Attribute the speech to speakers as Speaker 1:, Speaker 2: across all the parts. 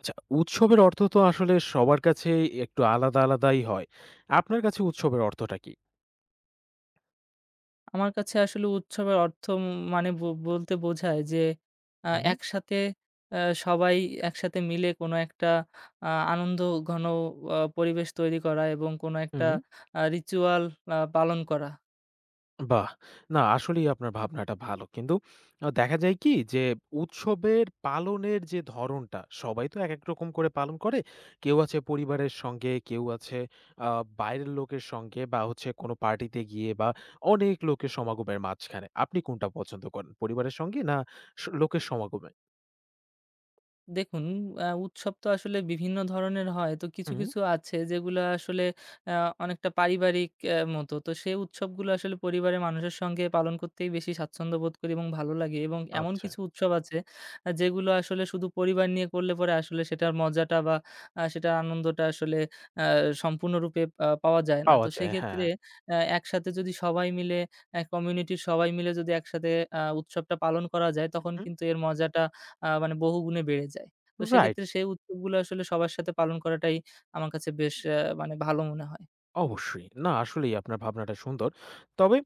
Speaker 1: আচ্ছা, উৎসবের অর্থ তো আসলে সবার কাছেই একটু আলাদা, আলাদাই হয়। আপনার কাছে উৎসবের অর্থটা কি?
Speaker 2: আমার কাছে আসলে উৎসবের অর্থ মানে বলতে বোঝায় যে আ
Speaker 1: উহু,
Speaker 2: একসাথে আ সবাই একসাথে মিলে কোনো একটা আ আনন্দঘন পরিবেশ তৈরি করা এবং কোনো একটা
Speaker 1: হুম।
Speaker 2: রিচুয়াল পালন করা।
Speaker 1: বাহ! না আসলেই আপনার ভাবনাটা ভালো। কিন্তু দেখা যায় কি যে উৎসবের পালনের যে ধরনটা সবাই তো একেক রকম করে পালন করে। কেউ আছে পরিবারের সঙ্গে, কেউ আছে আ বাইরের লোকের সঙ্গে বা হচ্ছে কোনো পার্টিতে গিয়ে বা অনেক লোকের সমাগমের মাঝখানে। আপনি কোনটা পছন্দ করেন? পরিবারের সঙ্গে না লোকের সমাগমে?
Speaker 2: দেখুন, উৎসব তো আসলে বিভিন্ন ধরনের হয়। তো কিছু,
Speaker 1: হুম।
Speaker 2: কিছু আছে যেগুলা আসলে আ অনেকটা পারিবারিক মতো। তো সেই উৎসবগুলো আসলে পরিবারের মানুষের সঙ্গে পালন করতেই বেশি স্বাচ্ছন্দ্য বোধ করি এবং ভালো লাগে। এবং এমন
Speaker 1: আচ্ছা,
Speaker 2: কিছু উৎসব আছে যেগুলো আসলে শুধু পরিবার নিয়ে করলে পরে আসলে সেটার মজাটা বা সেটার আনন্দটা আসলে আ সম্পূর্ণরূপে পাওয়া যায় না।
Speaker 1: পাওয়া
Speaker 2: তো
Speaker 1: যায়,
Speaker 2: সেক্ষেত্রে
Speaker 1: হ্যাঁ।
Speaker 2: একসাথে যদি সবাই মিলে, কমিউনিটির সবাই মিলে যদি একসাথে উৎসবটা পালন করা যায়, তখন
Speaker 1: উহু।
Speaker 2: কিন্তু এর মজাটা মানে বহুগুণে বেড়ে যায়। তো
Speaker 1: রাইট,
Speaker 2: সেক্ষেত্রে সেই উৎসবগুলো আসলে সবার সাথে পালন করাটাই আমার কাছে বেশ মানে ভালো মনে হয়।
Speaker 1: অবশ্যই। না আসলেই আপনার ভাবনাটা সুন্দর। তবে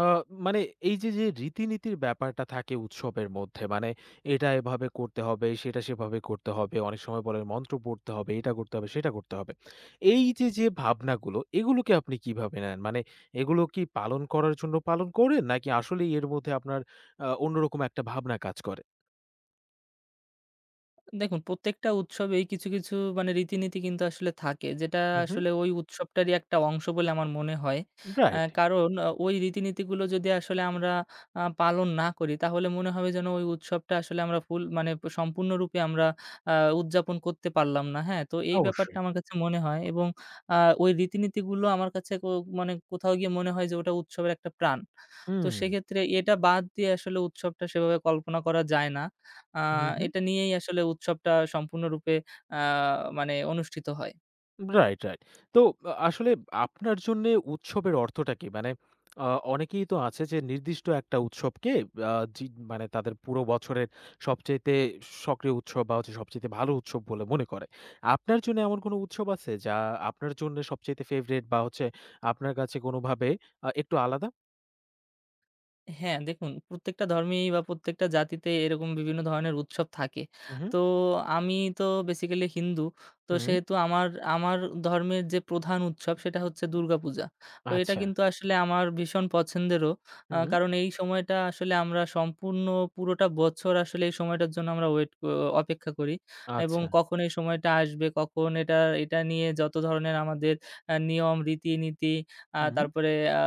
Speaker 1: আ মানে এই যে, যে রীতিনীতির ব্যাপারটা থাকে উৎসবের মধ্যে মানে এটা এভাবে করতে হবে, সেটা সেভাবে করতে হবে। অনেক সময় বলে মন্ত্র পড়তে হবে, এটা করতে হবে, সেটা করতে হবে। এই যে, যে ভাবনাগুলো এগুলোকে আপনি কিভাবে নেন? মানে এগুলো কি পালন করার জন্য পালন করেন নাকি আসলেই এর মধ্যে আপনার অন্যরকম একটা ভাবনা কাজ করে?
Speaker 2: দেখুন প্রত্যেকটা উৎসবেই কিছু, কিছু মানে রীতিনীতি কিন্তু আসলে থাকে। যেটা
Speaker 1: হু, হু।
Speaker 2: আসলে ওই উৎসবটারই একটা অংশ বলে আমার মনে হয়।
Speaker 1: রাইট,
Speaker 2: কারণ ওই রীতিনীতিগুলো যদি আসলে আমরা পালন না করি তাহলে মনে হবে যেন ওই উৎসবটা আসলে আমরা ফুল মানে সম্পূর্ণরূপে আমরা আ উদযাপন করতে পারলাম না। হ্যাঁ? তো এই ব্যাপারটা
Speaker 1: অবশ্যই।
Speaker 2: আমার কাছে মনে হয় এবং আ ওই রীতিনীতিগুলো আমার কাছে মানে কোথাও গিয়ে মনে হয় যে ওটা উৎসবের একটা প্রাণ। তো
Speaker 1: হুম,
Speaker 2: সেক্ষেত্রে এটা বাদ দিয়ে আসলে উৎসবটা সেভাবে কল্পনা করা যায় না। আ
Speaker 1: হু, হু।
Speaker 2: এটা নিয়েই আসলে উৎসবটা সম্পূর্ণরূপে আ মানে অনুষ্ঠিত হয়।
Speaker 1: Right, right. তো আসলে আপনার জন্যে উৎসবের অর্থটা কি? মানে আ অনেকেই তো আছে যে নির্দিষ্ট একটা উৎসবকে জি মানে তাদের পুরো বছরের সবচাইতে সক্রিয় উৎসব বা হচ্ছে সবচাইতে ভালো উৎসব বলে মনে করে। আপনার জন্য এমন কোনো উৎসব আছে যা আপনার জন্য সবচাইতে ফেভারেট বা হচ্ছে আপনার কাছে কোনোভাবে একটু আলাদা?
Speaker 2: হ্যাঁ, দেখুন প্রত্যেকটা ধর্মেই বা প্রত্যেকটা জাতিতে এরকম বিভিন্ন ধরনের উৎসব থাকে।
Speaker 1: উহু,
Speaker 2: তো আমি তো বেসিক্যালি হিন্দু। তো
Speaker 1: হুম,
Speaker 2: সেহেতু আমার আমার ধর্মের যে প্রধান উৎসব সেটা হচ্ছে দুর্গাপূজা। তো এটা
Speaker 1: আচ্ছা,
Speaker 2: কিন্তু আসলে আমার ভীষণ পছন্দেরও।
Speaker 1: হুম,
Speaker 2: কারণ এই সময়টা আসলে আমরা সম্পূর্ণ পুরোটা বছর আসলে এই সময়টার জন্য আমরা ওয়েট ক অপেক্ষা করি এবং
Speaker 1: আচ্ছা,
Speaker 2: কখন এই সময়টা আসবে, কখন এটা এটা নিয়ে যত ধরনের আমাদের নিয়ম, রীতিনীতি
Speaker 1: হুম,
Speaker 2: তারপরে আ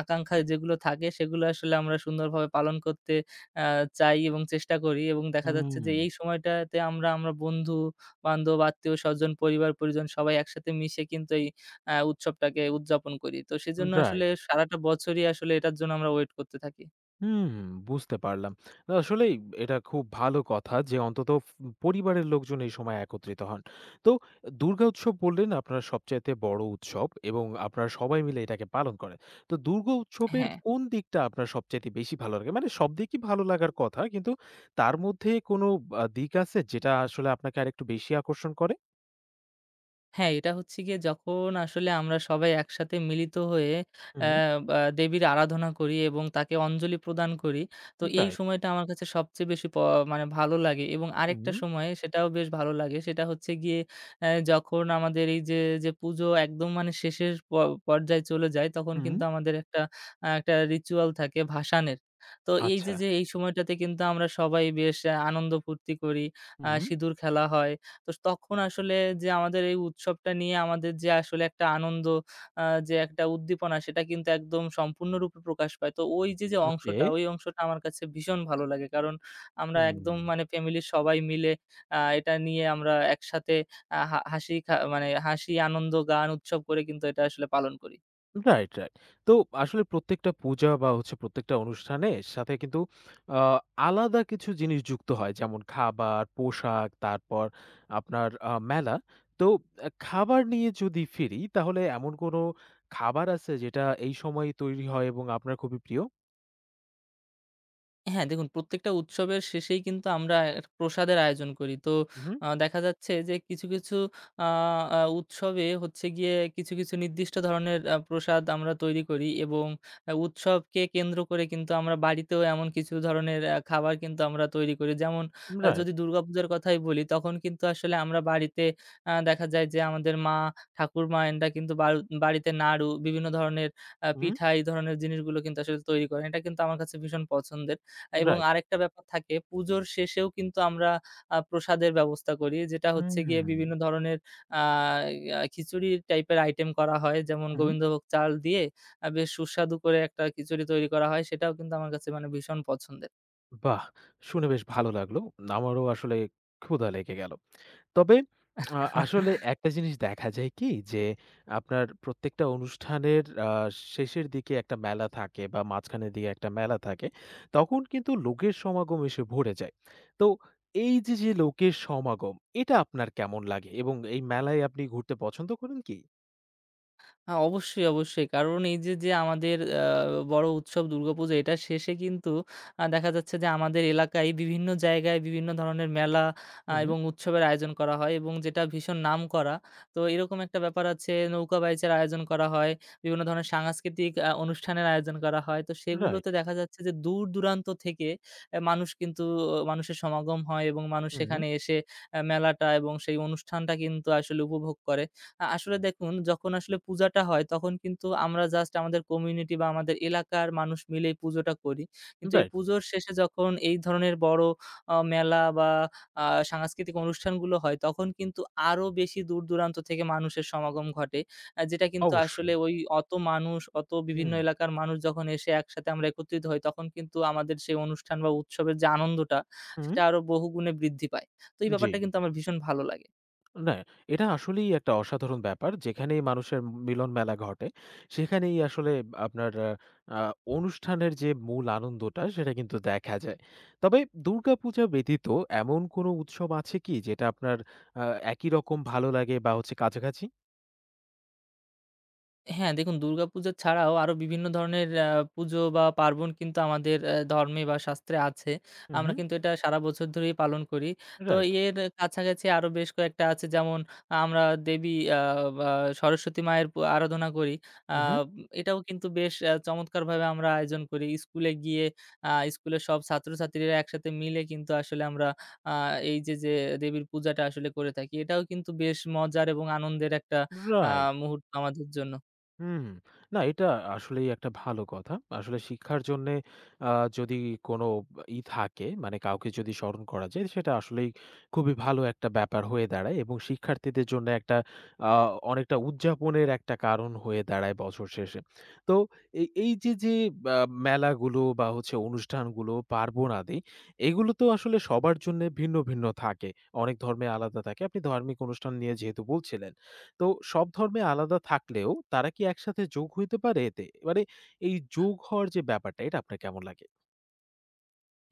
Speaker 2: আকাঙ্খা যেগুলো থাকে সেগুলো আসলে আমরা সুন্দরভাবে পালন করতে আ চাই এবং চেষ্টা করি এবং দেখা যাচ্ছে
Speaker 1: হুম,
Speaker 2: যে এই সময়টাতে আমরা বন্ধু-বান্ধব, আত্মীয়স্বজন, পরিবার-পরিজন সবাই একসাথে মিশে কিন্তু এই উৎসবটাকে উদযাপন করি। তো সেজন্য আসলে
Speaker 1: রাইট।
Speaker 2: সারাটা বছরই আসলে এটার জন্য আমরা ওয়েট করতে থাকি।
Speaker 1: হুম, বুঝতে পারলাম। না আসলেই এটা খুব ভালো কথা যে অন্তত পরিবারের লোকজন এই সময় একত্রিত হন। তো দুর্গা উৎসব বললেন আপনার সবচাইতে বড় উৎসব এবং আপনারা সবাই মিলে এটাকে পালন করেন। তো দুর্গা উৎসবের
Speaker 2: হ্যাঁ।
Speaker 1: কোন দিকটা আপনার সবচাইতে বেশি ভালো লাগে? মানে সব দিকই ভালো লাগার কথা কিন্তু তার মধ্যে কোনো দিক আছে যেটা আসলে আপনাকে আরেকটু বেশি আকর্ষণ করে?
Speaker 2: হ্যাঁ, এটা হচ্ছে গিয়ে যখন আসলে আমরা সবাই একসাথে মিলিত হয়ে অ্যা
Speaker 1: হুম,
Speaker 2: বা দেবীর আরাধনা করি এবং তাকে অঞ্জলি প্রদান করি। তো এই
Speaker 1: রাইট।
Speaker 2: সময়টা আমার কাছে সবচেয়ে বেশি মানে ভালো লাগে এবং আরেকটা
Speaker 1: হুম,
Speaker 2: সময় সেটাও বেশ ভালো লাগে। সেটা হচ্ছে গিয়ে যখন আমাদের এই যে, যে পুজো একদম মানে শেষের পর্যায়ে চলে যায় তখন
Speaker 1: হুম,
Speaker 2: কিন্তু আমাদের একটা রিচুয়াল থাকে ভাসানের। তো এই যে,
Speaker 1: আচ্ছা।
Speaker 2: যে এই সময়টাতে কিন্তু আমরা সবাই বেশ আনন্দ ফুর্তি করি।
Speaker 1: হুম,
Speaker 2: সিঁদুর খেলা হয়। তো তখন আসলে যে আমাদের এই উৎসবটা নিয়ে আমাদের যে আসলে একটা আনন্দ আ যে একটা উদ্দীপনা সেটা কিন্তু একদম সম্পূর্ণরূপে প্রকাশ পায়। তো ওই যে, যে
Speaker 1: ওকে।
Speaker 2: অংশটা, ওই অংশটা আমার কাছে ভীষণ ভালো লাগে। কারণ আমরা একদম
Speaker 1: হুম।
Speaker 2: মানে ফ্যামিলির সবাই মিলে এটা নিয়ে আমরা একসাথে আ হা হাসি খা মানে হাসি, আনন্দ, গান, উৎসব করে কিন্তু এটা আসলে পালন করি।
Speaker 1: Right, right. তো আসলে প্রত্যেকটা পূজা বা হচ্ছে প্রত্যেকটা অনুষ্ঠানের সাথে কিন্তু আ আলাদা কিছু জিনিস যুক্ত হয়। যেমন খাবার, পোশাক, তারপর আপনার মেলা। তো খাবার নিয়ে যদি ফিরি তাহলে এমন কোনো খাবার আছে যেটা এই সময় তৈরি হয় এবং আপনার খুবই প্রিয়?
Speaker 2: হ্যাঁ, দেখুন প্রত্যেকটা উৎসবের শেষেই কিন্তু আমরা একটা প্রসাদের আয়োজন করি। তো
Speaker 1: উহু,
Speaker 2: দেখা যাচ্ছে যে কিছু, কিছু আ আ উৎসবে হচ্ছে গিয়ে কিছু, কিছু নির্দিষ্ট ধরনের প্রসাদ আমরা তৈরি করি এবং উৎসবকে কেন্দ্র করে কিন্তু আমরা বাড়িতেও এমন কিছু ধরনের খাবার কিন্তু আমরা তৈরি করি। যেমন
Speaker 1: রাইট,
Speaker 2: যদি দুর্গাপূজার কথাই বলি তখন কিন্তু আসলে আমরা বাড়িতে দেখা যায় যে আমাদের মা, ঠাকুরমা এনারা কিন্তু বাড়িতে নাড়ু, বিভিন্ন ধরনের
Speaker 1: উহু,
Speaker 2: পিঠা এই ধরনের জিনিসগুলো কিন্তু আসলে তৈরি করেন। এটা কিন্তু আমার কাছে ভীষণ পছন্দের। এবং
Speaker 1: রাইট।
Speaker 2: আরেকটা ব্যাপার থাকে পুজোর শেষেও কিন্তু আমরা প্রসাদের ব্যবস্থা করি। যেটা হচ্ছে গিয়ে
Speaker 1: হুম,
Speaker 2: বিভিন্ন ধরনের আ আ খিচুড়ি টাইপের আইটেম করা হয়। যেমন
Speaker 1: উহু।
Speaker 2: গোবিন্দভোগ চাল দিয়ে বেশ সুস্বাদু করে একটা খিচুড়ি তৈরি করা হয়। সেটাও কিন্তু আমার কাছে মানে ভীষণ পছন্দের।
Speaker 1: বাহ! শুনে বেশ ভালো লাগলো। আমারও আসলে ক্ষুধা লেগে গেল। তবে আসলে একটা জিনিস দেখা যায় কি যে, আপনার প্রত্যেকটা অনুষ্ঠানের শেষের দিকে একটা মেলা থাকে বা মাঝখানের দিকে একটা মেলা থাকে। তখন কিন্তু লোকের সমাগম এসে ভরে যায়। তো এই যে, যে লোকের সমাগম, এটা আপনার কেমন লাগে? এবং এই মেলায় আপনি ঘুরতে পছন্দ করেন কি?
Speaker 2: হ্যাঁ, অবশ্যই, অবশ্যই। কারণ এই যে, যে আমাদের বড় উৎসব দুর্গাপূজা এটার শেষে কিন্তু দেখা যাচ্ছে যে আমাদের এলাকায় বিভিন্ন জায়গায় বিভিন্ন ধরনের মেলা
Speaker 1: হুম,
Speaker 2: এবং উৎসবের আয়োজন করা হয় এবং যেটা ভীষণ নামকরা। তো এরকম একটা ব্যাপার আছে, নৌকা বাইচের আয়োজন করা হয়। বিভিন্ন ধরনের সাংস্কৃতিক অনুষ্ঠানের আয়োজন করা হয়। তো সেগুলোতে
Speaker 1: রাইট।
Speaker 2: দেখা যাচ্ছে যে দূর-দূরান্ত থেকে মানুষ কিন্তু মানুষের সমাগম হয় এবং মানুষ
Speaker 1: হুম,
Speaker 2: সেখানে এসে মেলাটা এবং সেই অনুষ্ঠানটা কিন্তু আসলে উপভোগ করে। আসলে দেখুন যখন আসলে পূজাটা হয় তখন কিন্তু আমরা জাস্ট আমাদের কমিউনিটি বা আমাদের এলাকার মানুষ মিলেই পুজোটা করি। কিন্তু এই
Speaker 1: রাইট।
Speaker 2: পুজোর শেষে যখন এই ধরনের বড় মেলা বা আ সাংস্কৃতিক অনুষ্ঠানগুলো হয় তখন কিন্তু আরো বেশি দূর-দূরান্ত থেকে মানুষের সমাগম ঘটে। যেটা কিন্তু আসলে
Speaker 1: অবশ্যই।
Speaker 2: ওই অত মানুষ, অত বিভিন্ন
Speaker 1: হুম,
Speaker 2: এলাকার মানুষ যখন এসে একসাথে আমরা একত্রিত হই তখন কিন্তু আমাদের সেই অনুষ্ঠান বা উৎসবের যে আনন্দটা
Speaker 1: হুম,
Speaker 2: সেটা আরো বহুগুণে বৃদ্ধি পায়। তো এই
Speaker 1: জি।
Speaker 2: ব্যাপারটা কিন্তু আমার ভীষণ ভালো লাগে।
Speaker 1: না, এটা আসলেই একটা অসাধারণ ব্যাপার। যেখানেই মানুষের মিলন মেলা ঘটে, সেখানেই আসলে আপনার আ অনুষ্ঠানের যে মূল আনন্দটা সেটা কিন্তু দেখা যায়। তবে দুর্গাপূজা ব্যতীত এমন কোনো উৎসব আছে কি যেটা আপনার আ একই রকম ভালো লাগে বা হচ্ছে কাছাকাছি?
Speaker 2: হ্যাঁ, দেখুন দুর্গাপূজা ছাড়াও আরো বিভিন্ন ধরনের পুজো বা পার্বণ কিন্তু আমাদের ধর্মে বা শাস্ত্রে আছে। আমরা
Speaker 1: উহু,
Speaker 2: কিন্তু এটা সারা বছর ধরেই পালন করি। তো
Speaker 1: রাইট,
Speaker 2: এর কাছাকাছি আরো বেশ কয়েকটা আছে, যেমন আমরা দেবী আ বা সরস্বতী মায়ের আরাধনা করি। আ
Speaker 1: উহু,
Speaker 2: এটাও কিন্তু বেশ চমৎকারভাবে আমরা আয়োজন করি। স্কুলে গিয়ে স্কুলের সব ছাত্রছাত্রীরা একসাথে মিলে কিন্তু আসলে আমরা আ এই যে, যে দেবীর পূজাটা আসলে করে থাকি। এটাও কিন্তু বেশ মজার এবং আনন্দের একটা আ
Speaker 1: রাইট।
Speaker 2: মুহূর্ত আমাদের জন্য।
Speaker 1: হুম। না এটা আসলেই একটা ভালো কথা। আসলে শিক্ষার জন্যে আ যদি কোনো ই থাকে মানে কাউকে যদি স্মরণ করা যায় সেটা আসলেই খুবই ভালো একটা ব্যাপার হয়ে দাঁড়ায় এবং শিক্ষার্থীদের জন্য একটা আ অনেকটা উদযাপনের একটা কারণ হয়ে দাঁড়ায় বছর শেষে। তো এই এই যে, যে আ মেলাগুলো বা হচ্ছে অনুষ্ঠানগুলো, পার্বণ আদি এগুলো তো আসলে সবার জন্যে ভিন্ন, ভিন্ন থাকে। অনেক ধর্মে আলাদা থাকে। আপনি ধর্মিক অনুষ্ঠান নিয়ে যেহেতু বলছিলেন। তো সব ধর্মে আলাদা থাকলেও তারা কি একসাথে যোগ হইতে পারে এতে? মানে এই যোগ হওয়ার যে ব্যাপারটা এটা আপনার কেমন লাগে?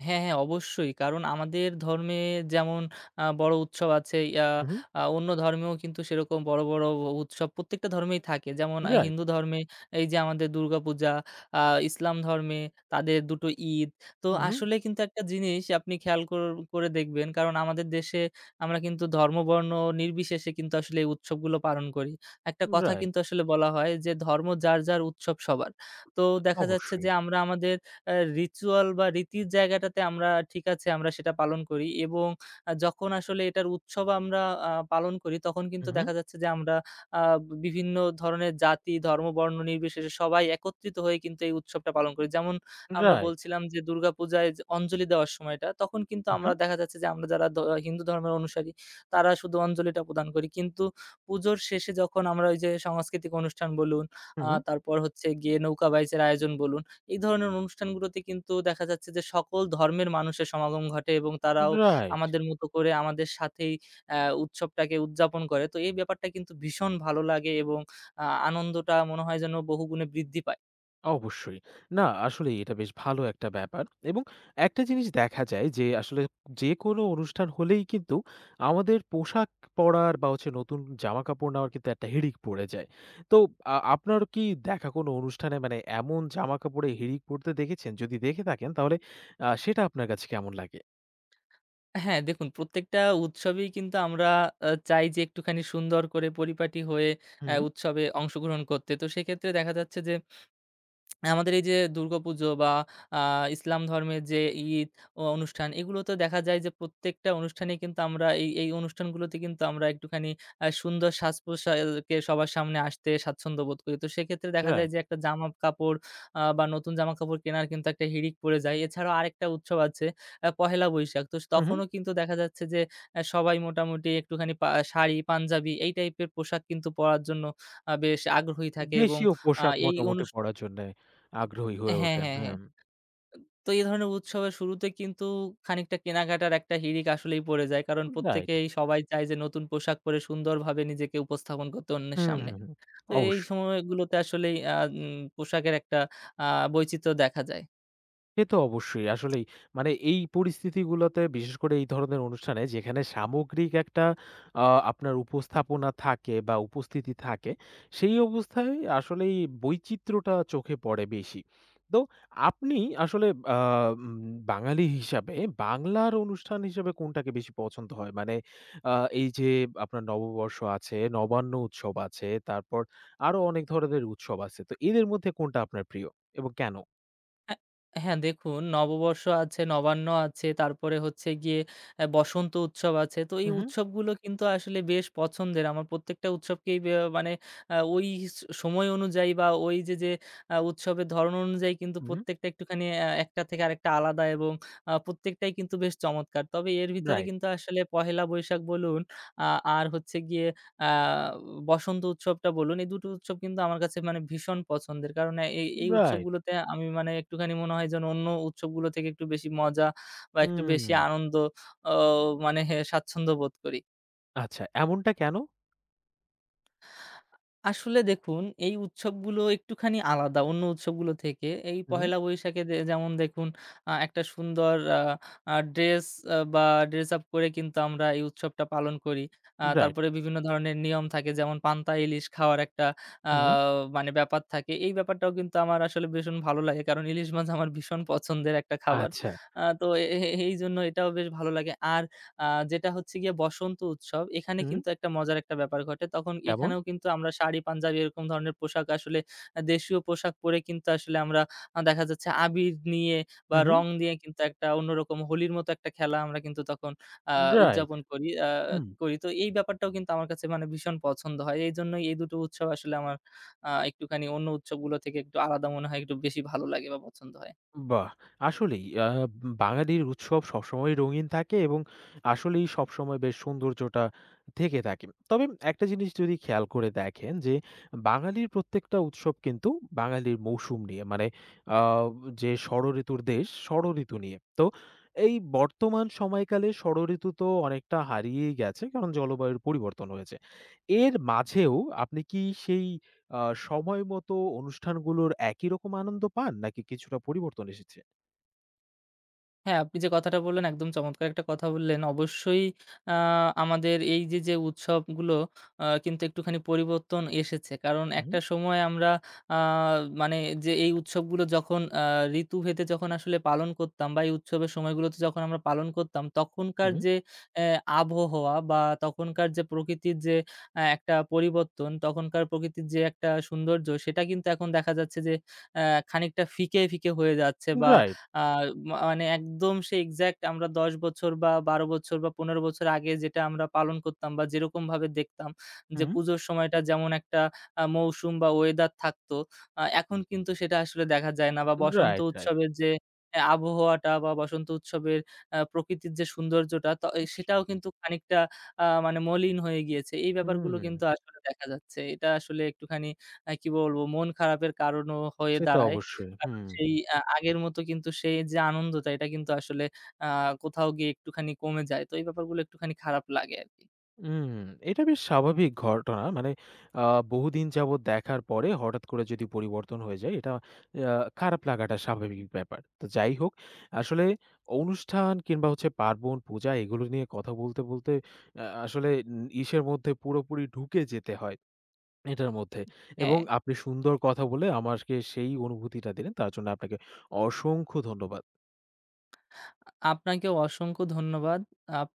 Speaker 2: হ্যাঁ, হ্যাঁ, অবশ্যই। কারণ আমাদের ধর্মে যেমন বড় উৎসব আছে, ইয়া
Speaker 1: হু, হু।
Speaker 2: আ অন্য ধর্মেও কিন্তু সেরকম বড়, বড় উৎসব প্রত্যেকটা ধর্মেই থাকে। যেমন
Speaker 1: রাইট।
Speaker 2: হিন্দু ধর্মে এই যে আমাদের দুর্গাপূজা, আ ইসলাম ধর্মে তাদের ২টো ঈদ। তো
Speaker 1: হু, হু।
Speaker 2: আসলে কিন্তু একটা জিনিস আপনি খেয়াল কর করে দেখবেন, কারণ আমাদের দেশে আমরা কিন্তু ধর্ম, বর্ণ নির্বিশেষে কিন্তু আসলে এই উৎসবগুলো পালন করি। একটা কথা কিন্তু
Speaker 1: রাইট।
Speaker 2: আসলে বলা হয় যে, "ধর্ম যার, যার উৎসব সবার।" তো দেখা যাচ্ছে যে
Speaker 1: অবশ্যই।
Speaker 2: আমরা আমাদের আ রিচুয়াল বা রীতির জায়গাটাতে আমরা ঠিক আছে আমরা সেটা পালন করি এবং যখন আসলে এটার উৎসব আমরা পালন করি তখন
Speaker 1: হু,
Speaker 2: কিন্তু
Speaker 1: হু।
Speaker 2: দেখা যাচ্ছে যে আমরা আ বিভিন্ন ধরনের জাতি, ধর্ম, বর্ণ নির্বিশেষে সবাই একত্রিত হয়ে কিন্তু এই উৎসবটা পালন করি। যেমন আমরা
Speaker 1: রাইট।
Speaker 2: বলছিলাম যে দুর্গাপূজায় যে অঞ্জলি দেওয়ার সময়টা তখন কিন্তু
Speaker 1: হু, হু।
Speaker 2: আমরা দেখা যাচ্ছে যে আমরা যারা হিন্দু ধর্মের অনুসারী তারা শুধু অঞ্জলিটা প্রদান করি। কিন্তু পুজোর শেষে যখন আমরা ওই যে সাংস্কৃতিক অনুষ্ঠান বলুন,
Speaker 1: হু, হু।
Speaker 2: তারপর হচ্ছে গিয়ে নৌকা বাইচের আয়োজন বলুন, এই ধরনের অনুষ্ঠানগুলোতে কিন্তু দেখা যাচ্ছে যে সকল ধর্মের মানুষের সমাগম ঘটে এবং তারাও
Speaker 1: রাইট।
Speaker 2: আমাদের মতো করে আমাদের সাথেই উৎসবটাকে উদযাপন করে। তো এই ব্যাপারটা কিন্তু ভীষণ ভালো লাগে এবং আনন্দটা মনে হয় যেন বহুগুণে বৃদ্ধি পায়।
Speaker 1: অবশ্যই। না আসলেই এটা বেশ ভালো একটা ব্যাপার এবং একটা জিনিস দেখা যায় যে আসলে যেকোনো অনুষ্ঠান হলেই কিন্তু আমাদের পোশাক পরার বা হচ্ছে নতুন জামাকাপড় নেওয়ার কিন্তু একটা হিড়িক পড়ে যায়। তো আপনার কি দেখা কোনো অনুষ্ঠানে মানে এমন জামাকাপড়ে হিড়িক পড়তে দেখেছেন? যদি দেখে থাকেন তাহলে সেটা আপনার কাছে কেমন লাগে?
Speaker 2: হ্যাঁ, দেখুন প্রত্যেকটা উৎসবেই কিন্তু আমরা চাই যে একটুখানি সুন্দর করে পরিপাটি হয়ে
Speaker 1: হুম,
Speaker 2: উৎসবে অংশগ্রহণ করতে। তো সেক্ষেত্রে দেখা যাচ্ছে যে আমাদের এই যে দুর্গাপুজো বা আ ইসলাম ধর্মের যে ঈদ অনুষ্ঠান এগুলোতে দেখা যায় যে প্রত্যেকটা অনুষ্ঠানে কিন্তু আমরা এই, এই অনুষ্ঠানগুলোতে কিন্তু আমরা একটুখানি সুন্দর সাজ-পোশাকে সবার সামনে আসতে স্বাচ্ছন্দ্য বোধ করি। তো সেক্ষেত্রে দেখা যায়
Speaker 1: রাইট।
Speaker 2: যে একটা জামা-কাপড় বা নতুন জামা-কাপড় কেনার কিন্তু একটা হিড়িক পড়ে যায়। এছাড়াও আরেকটা উৎসব আছে, পহেলা বৈশাখ। তো
Speaker 1: হু, হু।
Speaker 2: তখনও কিন্তু দেখা যাচ্ছে যে সবাই মোটামুটি একটুখানি শাড়ি, পাঞ্জাবি এই টাইপের পোশাক কিন্তু পরার জন্য বেশ আগ্রহী থাকে এবং
Speaker 1: দেশীয়
Speaker 2: আ
Speaker 1: পোশাক
Speaker 2: এই
Speaker 1: মোটামুটি
Speaker 2: অনুষ
Speaker 1: পরার জন্যে
Speaker 2: আপ
Speaker 1: আগ্রহী হয়ে
Speaker 2: হ্যাঁ,
Speaker 1: ওঠেন।
Speaker 2: হ্যাঁ, হ্যাঁ।
Speaker 1: হুম।
Speaker 2: তো এই ধরনের উৎসবের শুরুতে কিন্তু খানিকটা কেনাকাটার একটা হিড়িক আসলেই পড়ে যায়। কারণ
Speaker 1: রাইট।
Speaker 2: প্রত্যেকেই সবাই চায় যে নতুন পোশাক পরে সুন্দরভাবে নিজেকে উপস্থাপন করতে অন্যের
Speaker 1: হুম,
Speaker 2: সামনে।
Speaker 1: হুম, হুম।
Speaker 2: তো এই
Speaker 1: অবশ্যই।
Speaker 2: সময়গুলোতে আসলেই আ উম পোশাকের একটা আ বৈচিত্র্য দেখা যায়।
Speaker 1: সে তো অবশ্যই। আসলেই। মানে এই পরিস্থিতিগুলোতে বিশেষ করে এই ধরনের অনুষ্ঠানে যেখানে সামগ্রিক একটা আ আপনার উপস্থাপনা থাকে বা উপস্থিতি থাকে, সেই অবস্থায় আসলেই বৈচিত্র্যটা চোখে পড়ে বেশি। তো আপনি আসলে আ উম বাঙালি হিসাবে বাংলার অনুষ্ঠান হিসেবে কোনটাকে বেশি পছন্দ হয়? মানে আ এই যে আপনার নববর্ষ আছে, নবান্ন উৎসব আছে, তারপর আরো অনেক ধরনের উৎসব আছে। তো এদের মধ্যে কোনটা আপনার প্রিয় এবং কেন?
Speaker 2: অ্যা হ্যাঁ, দেখুন নববর্ষ আছে, নবান্ন আছে, তারপরে হচ্ছে গিয়ে বসন্ত উৎসব আছে। তো এই
Speaker 1: উহু।
Speaker 2: উৎসবগুলো কিন্তু আসলে বেশ পছন্দের। আমার প্রত্যেকটা উৎসবকেই মানে ওই সময় অনুযায়ী বা ওই যে, যে উৎসবের ধরন অনুযায়ী কিন্তু
Speaker 1: হু।
Speaker 2: প্রত্যেকটা একটুখানি একটা থেকে আরেকটা আলাদা এবং প্রত্যেকটাই কিন্তু বেশ চমৎকার। তবে এর ভিতরে
Speaker 1: রাইট,
Speaker 2: কিন্তু আসলে পহেলা বৈশাখ বলুন আ আর হচ্ছে গিয়ে আ বসন্ত উৎসবটা বলুন, এই দুটো উৎসব কিন্তু আমার কাছে মানে ভীষণ পছন্দের। কারণ এ এই এই
Speaker 1: রাইট।
Speaker 2: উৎসবগুলোতে আমি মানে একটুখানি মনে হয় যেন অন্য উৎসবগুলো থেকে একটু বেশি মজা বা একটু বেশি
Speaker 1: হুম,
Speaker 2: আনন্দ ও মানে স্বাচ্ছন্দ্য বোধ করি।
Speaker 1: আচ্ছা এমনটা কেন?
Speaker 2: আসলে দেখুন এই উৎসবগুলো একটুখানি আলাদা অন্য উৎসবগুলো থেকে। এই
Speaker 1: হুম,
Speaker 2: পহেলা বৈশাখে যেমন দেখুন একটা সুন্দর আ আ ড্রেস বা ড্রেস আপ করে কিন্তু আমরা এই উৎসবটা পালন করি।
Speaker 1: রাইট,
Speaker 2: তারপরে বিভিন্ন ধরনের নিয়ম থাকে, যেমন পান্তা ইলিশ খাওয়ার একটা আ
Speaker 1: হুম,
Speaker 2: মানে ব্যাপার থাকে। এই ব্যাপারটাও কিন্তু আমার আসলে ভীষণ ভালো লাগে। কারণ ইলিশ মাছ আমার ভীষণ পছন্দের একটা খাবার।
Speaker 1: আচ্ছা,
Speaker 2: আ তো এ এ এইজন্য এটাও বেশ ভালো লাগে। আর আ যেটা হচ্ছে গিয়ে বসন্ত উৎসব। এখানে
Speaker 1: হুম,
Speaker 2: কিন্তু একটা মজার একটা ব্যাপার ঘটে। তখন
Speaker 1: কেমন?
Speaker 2: এখানেও কিন্তু আমরা শাড়ি, পাঞ্জাবি এরকম ধরনের পোশাক আসলে দেশীয় পোশাক পরে কিন্তু আসলে আমরা দেখা যাচ্ছে আবির নিয়ে বা
Speaker 1: হুম, হুম,
Speaker 2: রং দিয়ে কিন্তু একটা অন্যরকম হোলির মতো একটা খেলা আমরা কিন্তু তখন আ
Speaker 1: রাইট,
Speaker 2: উদযাপন করি আ
Speaker 1: হুম।
Speaker 2: করি। তো এই ব্যাপারটাও কিন্তু আমার কাছে মানে ভীষণ পছন্দ হয়। এইজন্যই এই দুটো উৎসব আসলে আমার একটুখানি অন্য উৎসবগুলো থেকে একটু আলাদা মনে হয়, একটু বেশি ভালো লাগে বা পছন্দ হয়।
Speaker 1: বাহ! আসলেই বাঙালির উৎসব সবসময়ই রঙিন থাকে এবং আসলেই সবসময় বেশ সৌন্দর্যটা থেকে থাকে। তবে একটা জিনিস যদি খেয়াল করে দেখেন যে, বাঙালির প্রত্যেকটা উৎসব কিন্তু বাঙালির মৌসুম নিয়ে মানে আ যে ষড়ঋতুর দেশ, ষড়ঋতু নিয়ে। তো এই বর্তমান সময়কালে ষড়ঋতু তো অনেকটা হারিয়েই গেছে কারণ জলবায়ুর পরিবর্তন হয়েছে। এর মাঝেও আপনি কি সেই আ সময় মতো অনুষ্ঠানগুলোর একই রকম আনন্দ পান নাকি কিছুটা পরিবর্তন এসেছে?
Speaker 2: হ্যাঁ, আপনি যে কথাটা বললেন একদম চমৎকার একটা কথা বললেন। অবশ্যই আ আমাদের এই যে, যে উৎসবগুলো কিন্তু একটুখানি পরিবর্তন এসেছে। কারণ
Speaker 1: উহু,
Speaker 2: একটা সময় আমরা আ মানে যে এই উৎসবগুলো যখন ঋতুভেদে যখন আসলে পালন করতাম বা এই উৎসবের সময়গুলোতে যখন আমরা পালন করতাম তখনকার
Speaker 1: উহু,
Speaker 2: যে অ্যা আবহাওয়া বা তখনকার যে প্রকৃতির যে একটা পরিবর্তন, তখনকার প্রকৃতির যে একটা সৌন্দর্য সেটা কিন্তু এখন দেখা যাচ্ছে যে খানিকটা ফিকে, ফিকে হয়ে যাচ্ছে বা
Speaker 1: রাইট,
Speaker 2: আ মা মানে একদম সেই এক্সাক্ট আমরা ১০ বছর বা ১২ বছর বা ১৫ বছর আগে যেটা আমরা পালন করতাম বা যেরকমভাবে দেখতাম যে
Speaker 1: হুম।
Speaker 2: পুজোর সময়টা যেমন একটা মৌসুম বা ওয়েদার থাকতো, এখন কিন্তু সেটা আসলে দেখা যায় না বা বসন্ত
Speaker 1: রাইট, রাইট।
Speaker 2: উৎসবের যে আবহাওয়াটা বা বসন্ত উৎসবের প্রকৃতির যে সৌন্দর্যটা ত এ সেটাও কিন্তু খানিকটা মানে মলিন হয়ে গিয়েছে। এই ব্যাপারগুলো
Speaker 1: হুম,
Speaker 2: কিন্তু আসলে দেখা যাচ্ছে। এটা আসলে একটুখানি কি বলবো মন খারাপের কারণও হয়ে
Speaker 1: সে তো
Speaker 2: দাঁড়ায়।
Speaker 1: অবশ্যই।
Speaker 2: কারণ
Speaker 1: হুম,
Speaker 2: সেই আগের মতো কিন্তু সেই যে আনন্দটা এটা কিন্তু আসলে আ কোথাও গিয়ে একটুখানি কমে যায়। তো এই ব্যাপারগুলো একটুখানি খারাপ লাগে আরকি।
Speaker 1: হুম। এটা বেশ স্বাভাবিক ঘটনা। মানে আ বহুদিন যাবৎ দেখার পরে হঠাৎ করে যদি পরিবর্তন হয়ে যায় এটা আ খারাপ লাগাটা স্বাভাবিক ব্যাপার। তো যাই হোক, আসলে অনুষ্ঠান কিংবা হচ্ছে পার্বণ, পূজা এগুলো নিয়ে কথা বলতে, বলতে আসলে ইসের মধ্যে পুরোপুরি ঢুকে যেতে হয়। এটার মধ্যে
Speaker 2: হ্যাঁ,
Speaker 1: এবং আপনি সুন্দর কথা বলে আমাকে সেই অনুভূতিটা দিলেন। তার জন্য আপনাকে অসংখ্য ধন্যবাদ।
Speaker 2: আপনাকেও অসংখ্য ধন্যবাদ। আপ